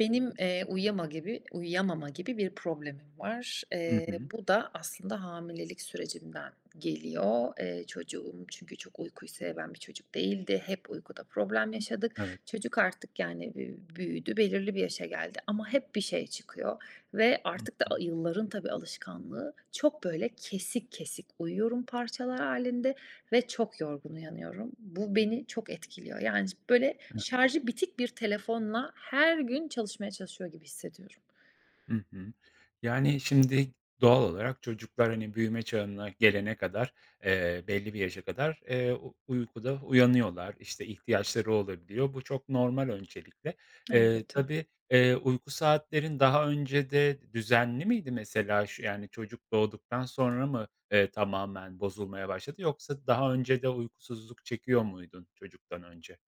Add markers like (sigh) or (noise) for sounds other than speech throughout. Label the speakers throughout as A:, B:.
A: Benim, uyuyamama gibi bir problemim var.
B: Hı
A: Eee,
B: hı.
A: bu da aslında hamilelik sürecimden geliyor. Çocuğum çünkü çok uykuyu seven bir çocuk değildi. Hep uykuda problem yaşadık.
B: Evet.
A: Çocuk artık, yani, büyüdü, belirli bir yaşa geldi ama hep bir şey çıkıyor ve
B: Hı
A: artık da
B: hı.
A: yılların tabii alışkanlığı çok, böyle, kesik kesik uyuyorum parçalar halinde. Ve çok yorgun uyanıyorum. Bu beni çok etkiliyor. Yani, böyle,
B: Evet.
A: şarjı bitik bir telefonla her gün çalışmaya çalışıyor gibi hissediyorum.
B: Hı hı. Yani, şimdi doğal olarak çocuklar, hani, büyüme çağına gelene kadar, belli bir yaşa kadar, u uykuda uyanıyorlar. İşte, ihtiyaçları olabiliyor. Bu çok normal öncelikle. Eee,
A: Elbette.
B: tabii, uyku saatlerin daha önce de düzenli miydi mesela? Yani, çocuk doğduktan sonra mı, tamamen bozulmaya başladı yoksa daha önce de uykusuzluk çekiyor muydun çocuktan önce?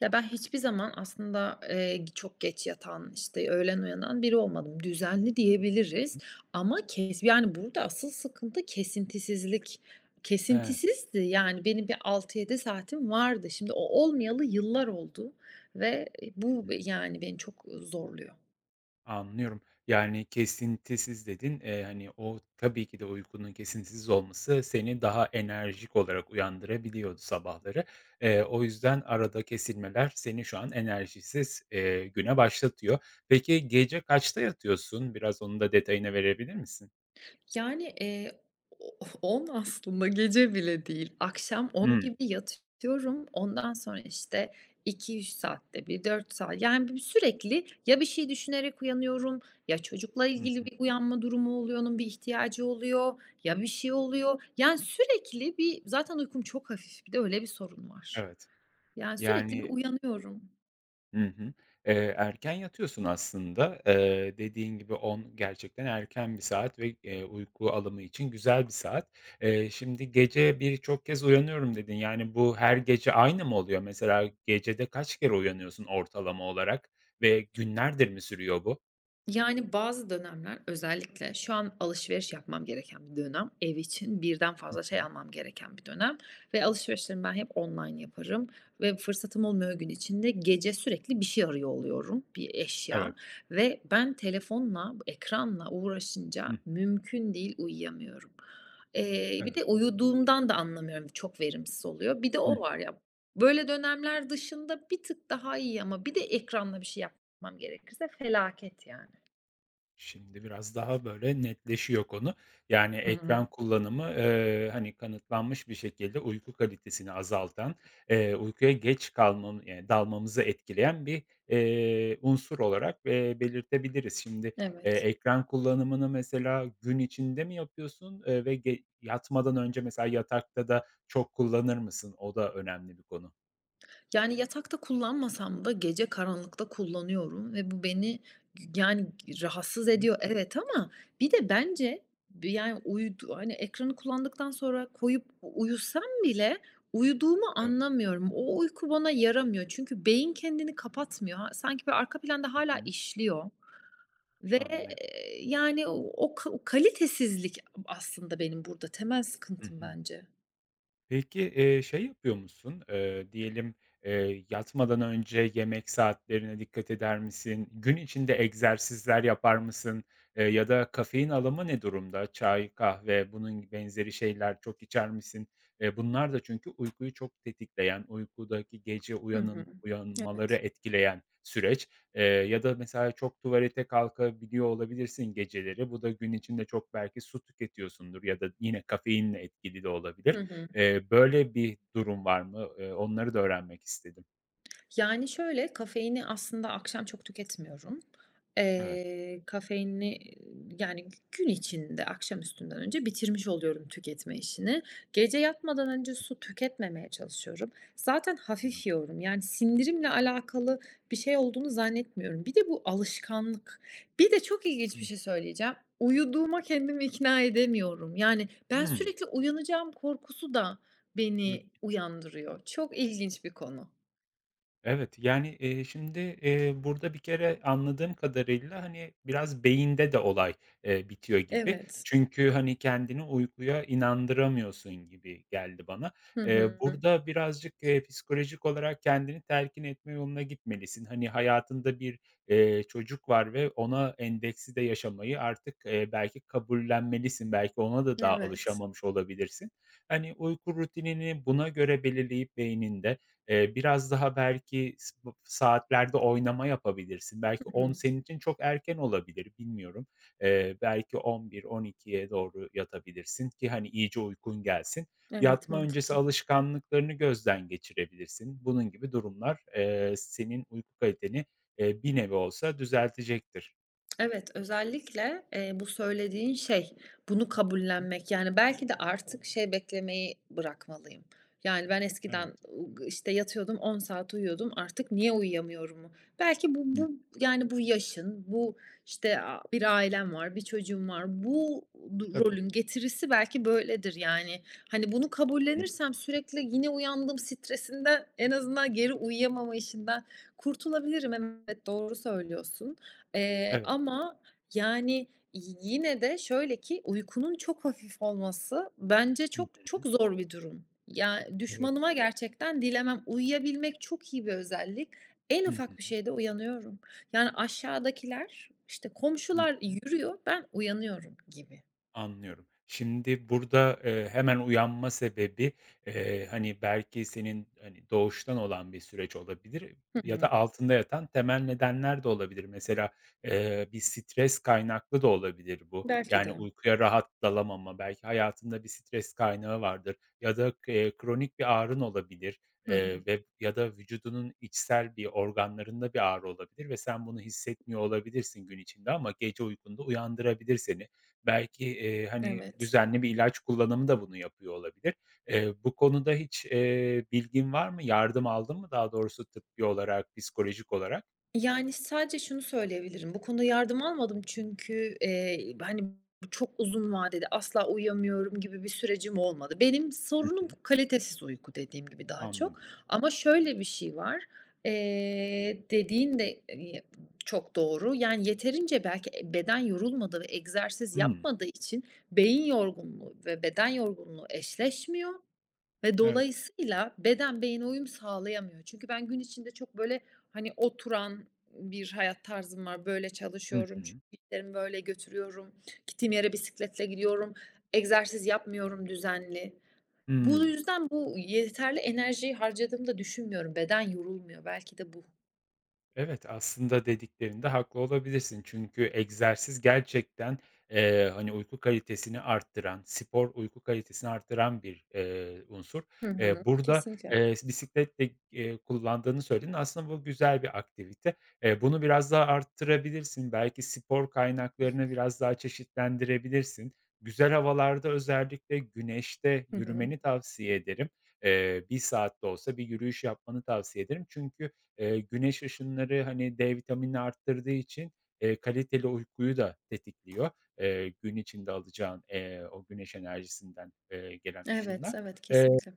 A: Ya, ben hiçbir zaman aslında, çok geç yatan, işte, öğlen uyanan biri olmadım. Düzenli diyebiliriz ama yani, burada asıl sıkıntı kesintisizlik.
B: He.
A: Kesintisizdi, yani, benim bir altı yedi saatim vardı. Şimdi o olmayalı yıllar oldu ve, bu, yani, beni çok zorluyor.
B: Anlıyorum. Yani, "kesintisiz" dedin. Hani, o tabii ki de uykunun kesintisiz olması seni daha enerjik olarak uyandırabiliyordu sabahları. O yüzden arada kesilmeler seni şu an enerjisiz, güne başlatıyor. Peki, gece kaçta yatıyorsun? Biraz onun da detayına verebilir misin?
A: Yani, o 10 (laughs) aslında gece bile değil. Akşam on
B: Hımm.
A: gibi yatıyorum. Ondan sonra, işte, iki üç saatte bir, 4 saat yani, sürekli ya bir şey düşünerek uyanıyorum ya çocukla
B: Hı
A: ilgili
B: hı.
A: bir uyanma durumu oluyor, onun bir ihtiyacı oluyor ya bir şey oluyor. Yani, sürekli bir zaten uykum çok hafif, bir de öyle bir sorun var.
B: Evet.
A: Yani, sürekli bir
B: Yani.
A: uyanıyorum.
B: Hı hı. Erken yatıyorsun aslında. Dediğin gibi 10 gerçekten erken bir saat ve, uyku alımı için güzel bir saat. Şimdi gece birçok kez uyanıyorum dedin. Yani bu her gece aynı mı oluyor? Mesela gecede kaç kere uyanıyorsun ortalama olarak ve günlerdir mi sürüyor bu?
A: Yani, bazı dönemler özellikle şu an alışveriş yapmam gereken bir dönem. Ev için birden
B: Hı
A: fazla şey
B: hı.
A: almam gereken bir dönem ve alışverişlerimi ben hep online yaparım ve fırsatım olmuyor gün içinde. Gece sürekli bir şey arıyor oluyorum, bir eşya
B: Evet.
A: ve ben telefonla, ekranla uğraşınca
B: Hıh,
A: mümkün değil, uyuyamıyorum. Bir
B: evet.
A: de uyuduğumdan da anlamıyorum, çok verimsiz oluyor. Bir de o var ya. Böyle dönemler dışında bir tık daha iyi ama bir de ekranla bir şey yapmam gerekirse felaket yani.
B: Şimdi biraz daha böyle netleşiyor konu. Yani
A: Hı
B: ekran
A: hı.
B: kullanımı, hani, kanıtlanmış bir şekilde uyku kalitesini azaltan, uykuya geç kalmam dalmamızı etkileyen bir, unsur olarak, belirtebiliriz. Şimdi,
A: Evet.
B: ekran kullanımını mesela gün içinde mi yapıyorsun, ve yatmadan önce mesela yatakta da çok kullanır mısın? O da önemli bir konu.
A: Yani yatakta kullanmasam da gece karanlıkta kullanıyorum ve bu beni yani rahatsız
B: Hı,
A: ediyor evet ama bir de bence bir yani hani ekranı kullandıktan sonra koyup uyusam bile uyuduğumu
B: evet.
A: anlamıyorum. O uyku bana yaramıyor. Çünkü beyin kendini kapatmıyor. Sanki bir arka planda
B: Hı
A: hala
B: hı.
A: işliyor ve,
B: Anlıyorum.
A: yani o kalitesizlik aslında benim burada temel
B: Hı
A: sıkıntım
B: hı.
A: bence.
B: Peki, şey yapıyor musun? Diyelim, yatmadan önce yemek saatlerine dikkat eder misin? Gün içinde egzersizler yapar mısın? Ya da kafein alımı ne durumda? Çay, kahve, bunun benzeri şeyler çok içer misin? Bunlar da çünkü uykuyu çok tetikleyen, uykudaki gece
A: Hı hı.
B: uyanmaları
A: Evet.
B: etkileyen süreç. Ya da mesela çok tuvalete kalkabiliyor olabilirsin geceleri. Bu da gün içinde çok belki su tüketiyorsundur ya da yine kafeinle etkili de
A: Hı
B: olabilir.
A: hı.
B: Böyle bir durum var mı? Onları da öğrenmek istedim.
A: Yani, şöyle, kafeini aslında akşam çok tüketmiyorum.
B: Evet.
A: Kafeinini, yani, gün içinde akşam üstünden önce bitirmiş oluyorum tüketme işini. Gece yatmadan önce su tüketmemeye çalışıyorum. Zaten hafif yiyorum. Yani, sindirimle alakalı bir şey olduğunu zannetmiyorum. Bir de bu alışkanlık. Bir de çok ilginç bir
B: Hımm.
A: şey söyleyeceğim. Uyuduğuma kendimi ikna edemiyorum. Yani, ben
B: Hımm.
A: sürekli uyanacağım korkusu da beni uyandırıyor. Çok ilginç bir konu.
B: Evet, yani, şimdi, burada bir kere anladığım kadarıyla, hani, biraz beyinde de olay, bitiyor gibi.
A: Evet.
B: Çünkü, hani, kendini uykuya inandıramıyorsun gibi geldi bana.
A: Hı
B: Eee,
A: hı.
B: burada birazcık, psikolojik olarak kendini telkin etme yoluna gitmelisin. Hani, hayatında bir, çocuk var ve ona endeksli de yaşamayı artık, belki kabullenmelisin. Belki ona da daha
A: Evet.
B: alışamamış olabilirsin. Hani, uyku rutinini buna göre belirleyip beyninde. Biraz daha belki bu saatlerde oynama yapabilirsin. Belki
A: Hı
B: on
A: hı.
B: senin için çok erken olabilir, bilmiyorum. Belki 11-12'ye doğru yatabilirsin ki, hani, iyice uykun gelsin.
A: Evet,
B: Yatma öncesi
A: mantıklı.
B: alışkanlıklarını gözden geçirebilirsin. Bunun gibi durumlar, senin uyku kaliteni, bir nevi olsa düzeltecektir.
A: Evet, özellikle, bu söylediğin şey, bunu
B: Hı.
A: kabullenmek. Yani, belki de artık şey beklemeyi bırakmalıyım. Yani, ben eskiden,
B: Evet.
A: işte, yatıyordum, 10 saat uyuyordum, artık niye uyuyamıyorumu. Belki bu
B: Hı.
A: bu, yani, bu yaşın, bu, işte, bir ailem var, bir çocuğum var. Bu
B: Tabii.
A: rolün getirisi belki böyledir, yani. Hani, bunu
B: Hı.
A: kabullenirsem sürekli yine uyandım stresinden, en azından geri uyuyamama işinden kurtulabilirim. Evet, doğru söylüyorsun. Eee,
B: Evet.
A: ama, yani, yine de şöyle ki uykunun çok hafif olması bence çok
B: Hı.
A: çok zor bir durum. Ya,
B: Evet.
A: düşmanıma gerçekten dilemem. Uyuyabilmek çok iyi bir özellik. En ufak bir
B: Hı.
A: şeyde uyanıyorum. Yani, aşağıdakiler, işte,
B: Hı
A: komşular
B: hı.
A: yürüyor, ben uyanıyorum gibi.
B: Anlıyorum. Şimdi burada, hemen uyanma sebebi, hani, belki senin, hani, doğuştan olan bir süreç olabilir
A: Hı
B: ya
A: hı.
B: da altında yatan temel nedenler de olabilir. Mesela, bir stres kaynaklı da olabilir bu.
A: Belki
B: Yani,
A: de.
B: uykuya rahat dalamama, belki hayatında bir stres kaynağı vardır ya da kronik bir ağrın olabilir,
A: Hı hı.
B: ve ya da vücudunun içsel bir organlarında bir ağrı olabilir ve sen bunu hissetmiyor olabilirsin gün içinde ama gece uykunda uyandırabilir seni. Belki, hani,
A: Evet.
B: düzenli bir ilaç kullanımı da bunu yapıyor olabilir. Bu konuda hiç, bilgin var mı? Yardım aldın mı daha doğrusu tıbbi olarak, psikolojik olarak?
A: Yani, sadece şunu söyleyebilirim, bu konuda yardım almadım çünkü, hani, bu çok uzun vadede asla uyuyamıyorum gibi bir sürecim olmadı. Benim
B: Hı
A: sorunum
B: hı.
A: kalitesiz uyku dediğim gibi daha çok
B: Anladım.
A: ama şöyle bir şey var, dediğin de, çok doğru. Yani, yeterince belki, beden yorulmadı ve egzersiz
B: Hımm.
A: yapmadığı için beyin yorgunluğu ve beden yorgunluğu eşleşmiyor ve
B: Evet.
A: dolayısıyla beden beyine uyum sağlayamıyor. Çünkü ben gün içinde çok böyle, hani, oturan bir hayat tarzım var. Böyle
B: Hı
A: çalışıyorum, çünkü
B: hı.
A: işlerimi böyle götürüyorum. Gittiğim yere bisikletle gidiyorum. Egzersiz yapmıyorum düzenli. Bu
B: Hıı.
A: yüzden bu yeterli enerjiyi harcadığımı da düşünmüyorum. Beden yorulmuyor. Belki de bu.
B: Evet, aslında dediklerinde haklı olabilirsin. Çünkü egzersiz gerçekten, hani, uyku kalitesini arttıran, spor uyku kalitesini arttıran bir, unsur.
A: Hı hı.
B: Burada,
A: Kesinlikle.
B: bisiklet de, kullandığını söyledin. Aslında bu güzel bir aktivite. Bunu biraz daha arttırabilirsin. Belki spor kaynaklarını biraz daha çeşitlendirebilirsin. Güzel havalarda özellikle güneşte
A: Hı hı.
B: yürümeni tavsiye ederim. 1 saat de olsa bir yürüyüş yapmanı tavsiye ederim. Çünkü, güneş ışınları, hani, D vitaminini arttırdığı için, kaliteli uykuyu da tetikliyor. Gün içinde alacağın, o güneş enerjisinden, gelen
A: Evet,
B: ışınlar.
A: evet,
B: Eee,
A: kesinlikle.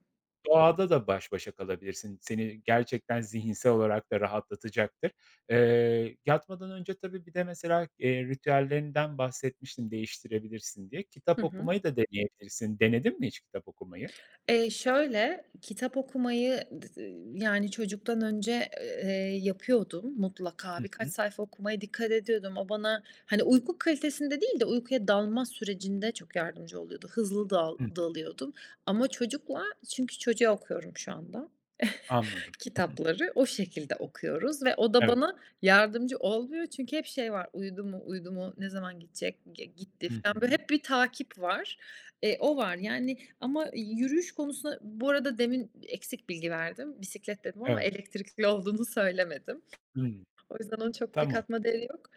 B: doğada da baş başa kalabilirsin. Seni gerçekten zihinsel olarak da rahatlatacaktır. Yatmadan önce tabii bir de mesela, ritüellerinden bahsetmiştim değiştirebilirsin diye.
A: Hı
B: Kitap
A: hı.
B: okumayı da deneyebilirsin. Denedin mi hiç kitap okumayı?
A: Şöyle, kitap okumayı d d yani çocuktan önce, eee, yapıyordum mutlaka.
B: Hı
A: Birkaç
B: hı.
A: sayfa okumaya dikkat ediyordum. O bana, hani, uyku kalitesinde değil de uykuya dalma sürecinde çok yardımcı oluyordu. Hızlı
B: Hı.
A: dalıyordum ama çocukla çünkü çocuğa okuyorum şu anda.
B: Anladım. (laughs)
A: Kitapları o şekilde okuyoruz ve o da
B: Evet.
A: bana yardımcı olmuyor çünkü hep şey var, "Uyudu mu, uyudu mu, ne zaman gidecek, gitti."
B: Hı
A: falan böyle
B: hı.
A: hep bir takip var. O var. Yani ama yürüyüş konusunda bu arada demin eksik bilgi verdim. Bisiklet dedim ama
B: Evet.
A: elektrikli olduğunu söylemedim.
B: Hımm.
A: O yüzden onun çok bir
B: Tamam.
A: katma değeri yok.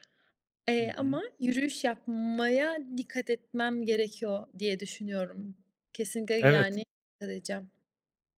B: Hı
A: Eee,
B: hı.
A: ama yürüyüş yapmaya dikkat etmem gerekiyor diye düşünüyorum. Kesinlikle yani
B: Evet,
A: dikkat edeceğim.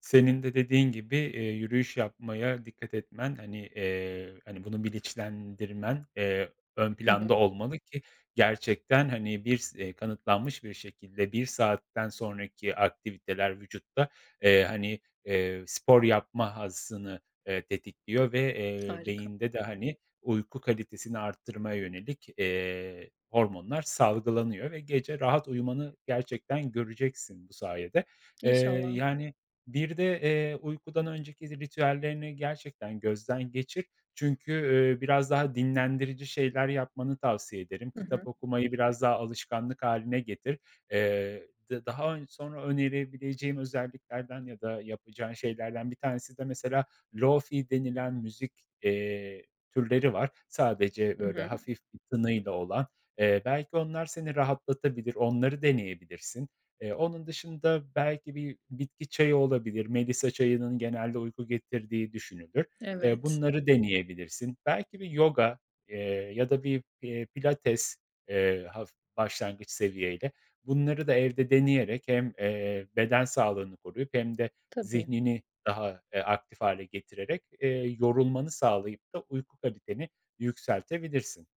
B: senin de dediğin gibi, yürüyüş yapmaya dikkat etmen, hani, hani, bunu bilinçlendirmen, ön
A: Hı hı.
B: planda olmalı ki gerçekten, hani, bir s kanıtlanmış bir şekilde bir saatten sonraki aktiviteler vücutta, hani, spor yapma hazzını, tetikliyor ve,
A: Harika.
B: beyinde de, hani, uyku kalitesini arttırmaya yönelik, hormonlar salgılanıyor ve gece rahat uyumanı gerçekten göreceksin bu sayede. Eee,
A: İnşallah.
B: yani, bir de, uykudan önceki ritüellerini gerçekten gözden geçir. Çünkü, biraz daha dinlendirici şeyler yapmanı tavsiye ederim.
A: Hı hı.
B: Kitap okumayı biraz daha alışkanlık haline getir. D daha sonra önerebileceğim özelliklerden ya da yapacağın şeylerden bir tanesi de mesela lofi denilen müzik, eee, türleri var. Sadece
A: Hı
B: böyle
A: hı.
B: hafif bir tınıyla olan. Belki onlar seni rahatlatabilir, onları deneyebilirsin. Onun dışında belki bir bitki çayı olabilir. Melisa çayının genelde uyku getirdiği düşünülür. Eee,
A: Evet.
B: bunları deneyebilirsin. Belki bir yoga, eee, ya da bir, pilates, haf başlangıç seviyeyle bunları da evde deneyerek hem, beden sağlığını koruyup hem de
A: Tabii.
B: zihnini daha, aktif hale getirerek, yorulmanı sağlayıp da uyku kaliteni yükseltebilirsin.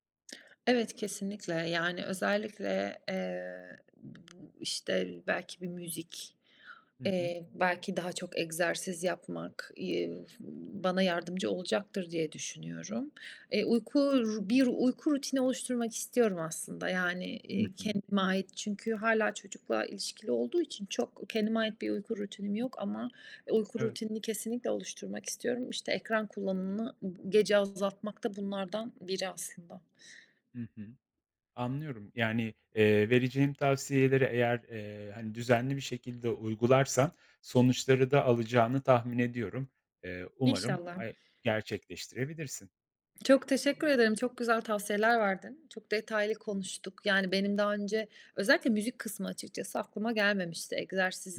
A: Evet, kesinlikle. Yani özellikle, bu, işte, belki bir müzik,
B: Hı hı.
A: belki daha çok egzersiz yapmak, bana yardımcı olacaktır diye düşünüyorum. Uyku ru Bir uyku rutini oluşturmak istiyorum aslında. Yani,
B: Hı hı.
A: kendime ait çünkü hala çocukla ilişkili olduğu için çok kendime ait bir uyku rutinim yok ama e, uyku
B: Evet.
A: rutinini kesinlikle oluşturmak istiyorum. İşte, ekran kullanımını gece azaltmak da bunlardan biri aslında.
B: Hı hı. Anlıyorum. Yani, vereceğim tavsiyeleri eğer, hani, düzenli bir şekilde uygularsan sonuçları da alacağını tahmin ediyorum. Umarım
A: İnşallah.
B: gerçekleştirebilirsin.
A: Çok teşekkür ederim. Çok güzel tavsiyeler verdin. Çok detaylı konuştuk. Yani benim daha önce özellikle müzik kısmı açıkçası aklıma gelmemişti.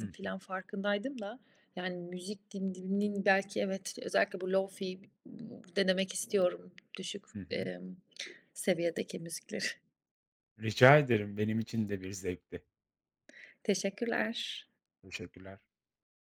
B: Hı hı.
A: filan farkındaydım da. Yani müzik dininin belki evet özellikle bu lofi denemek istiyorum. Düşük,
B: Hı hı.
A: emm, seviyedeki müzikleri.
B: Rica ederim. Benim için de bir zevkti.
A: (laughs) Teşekkürler.
B: Teşekkürler.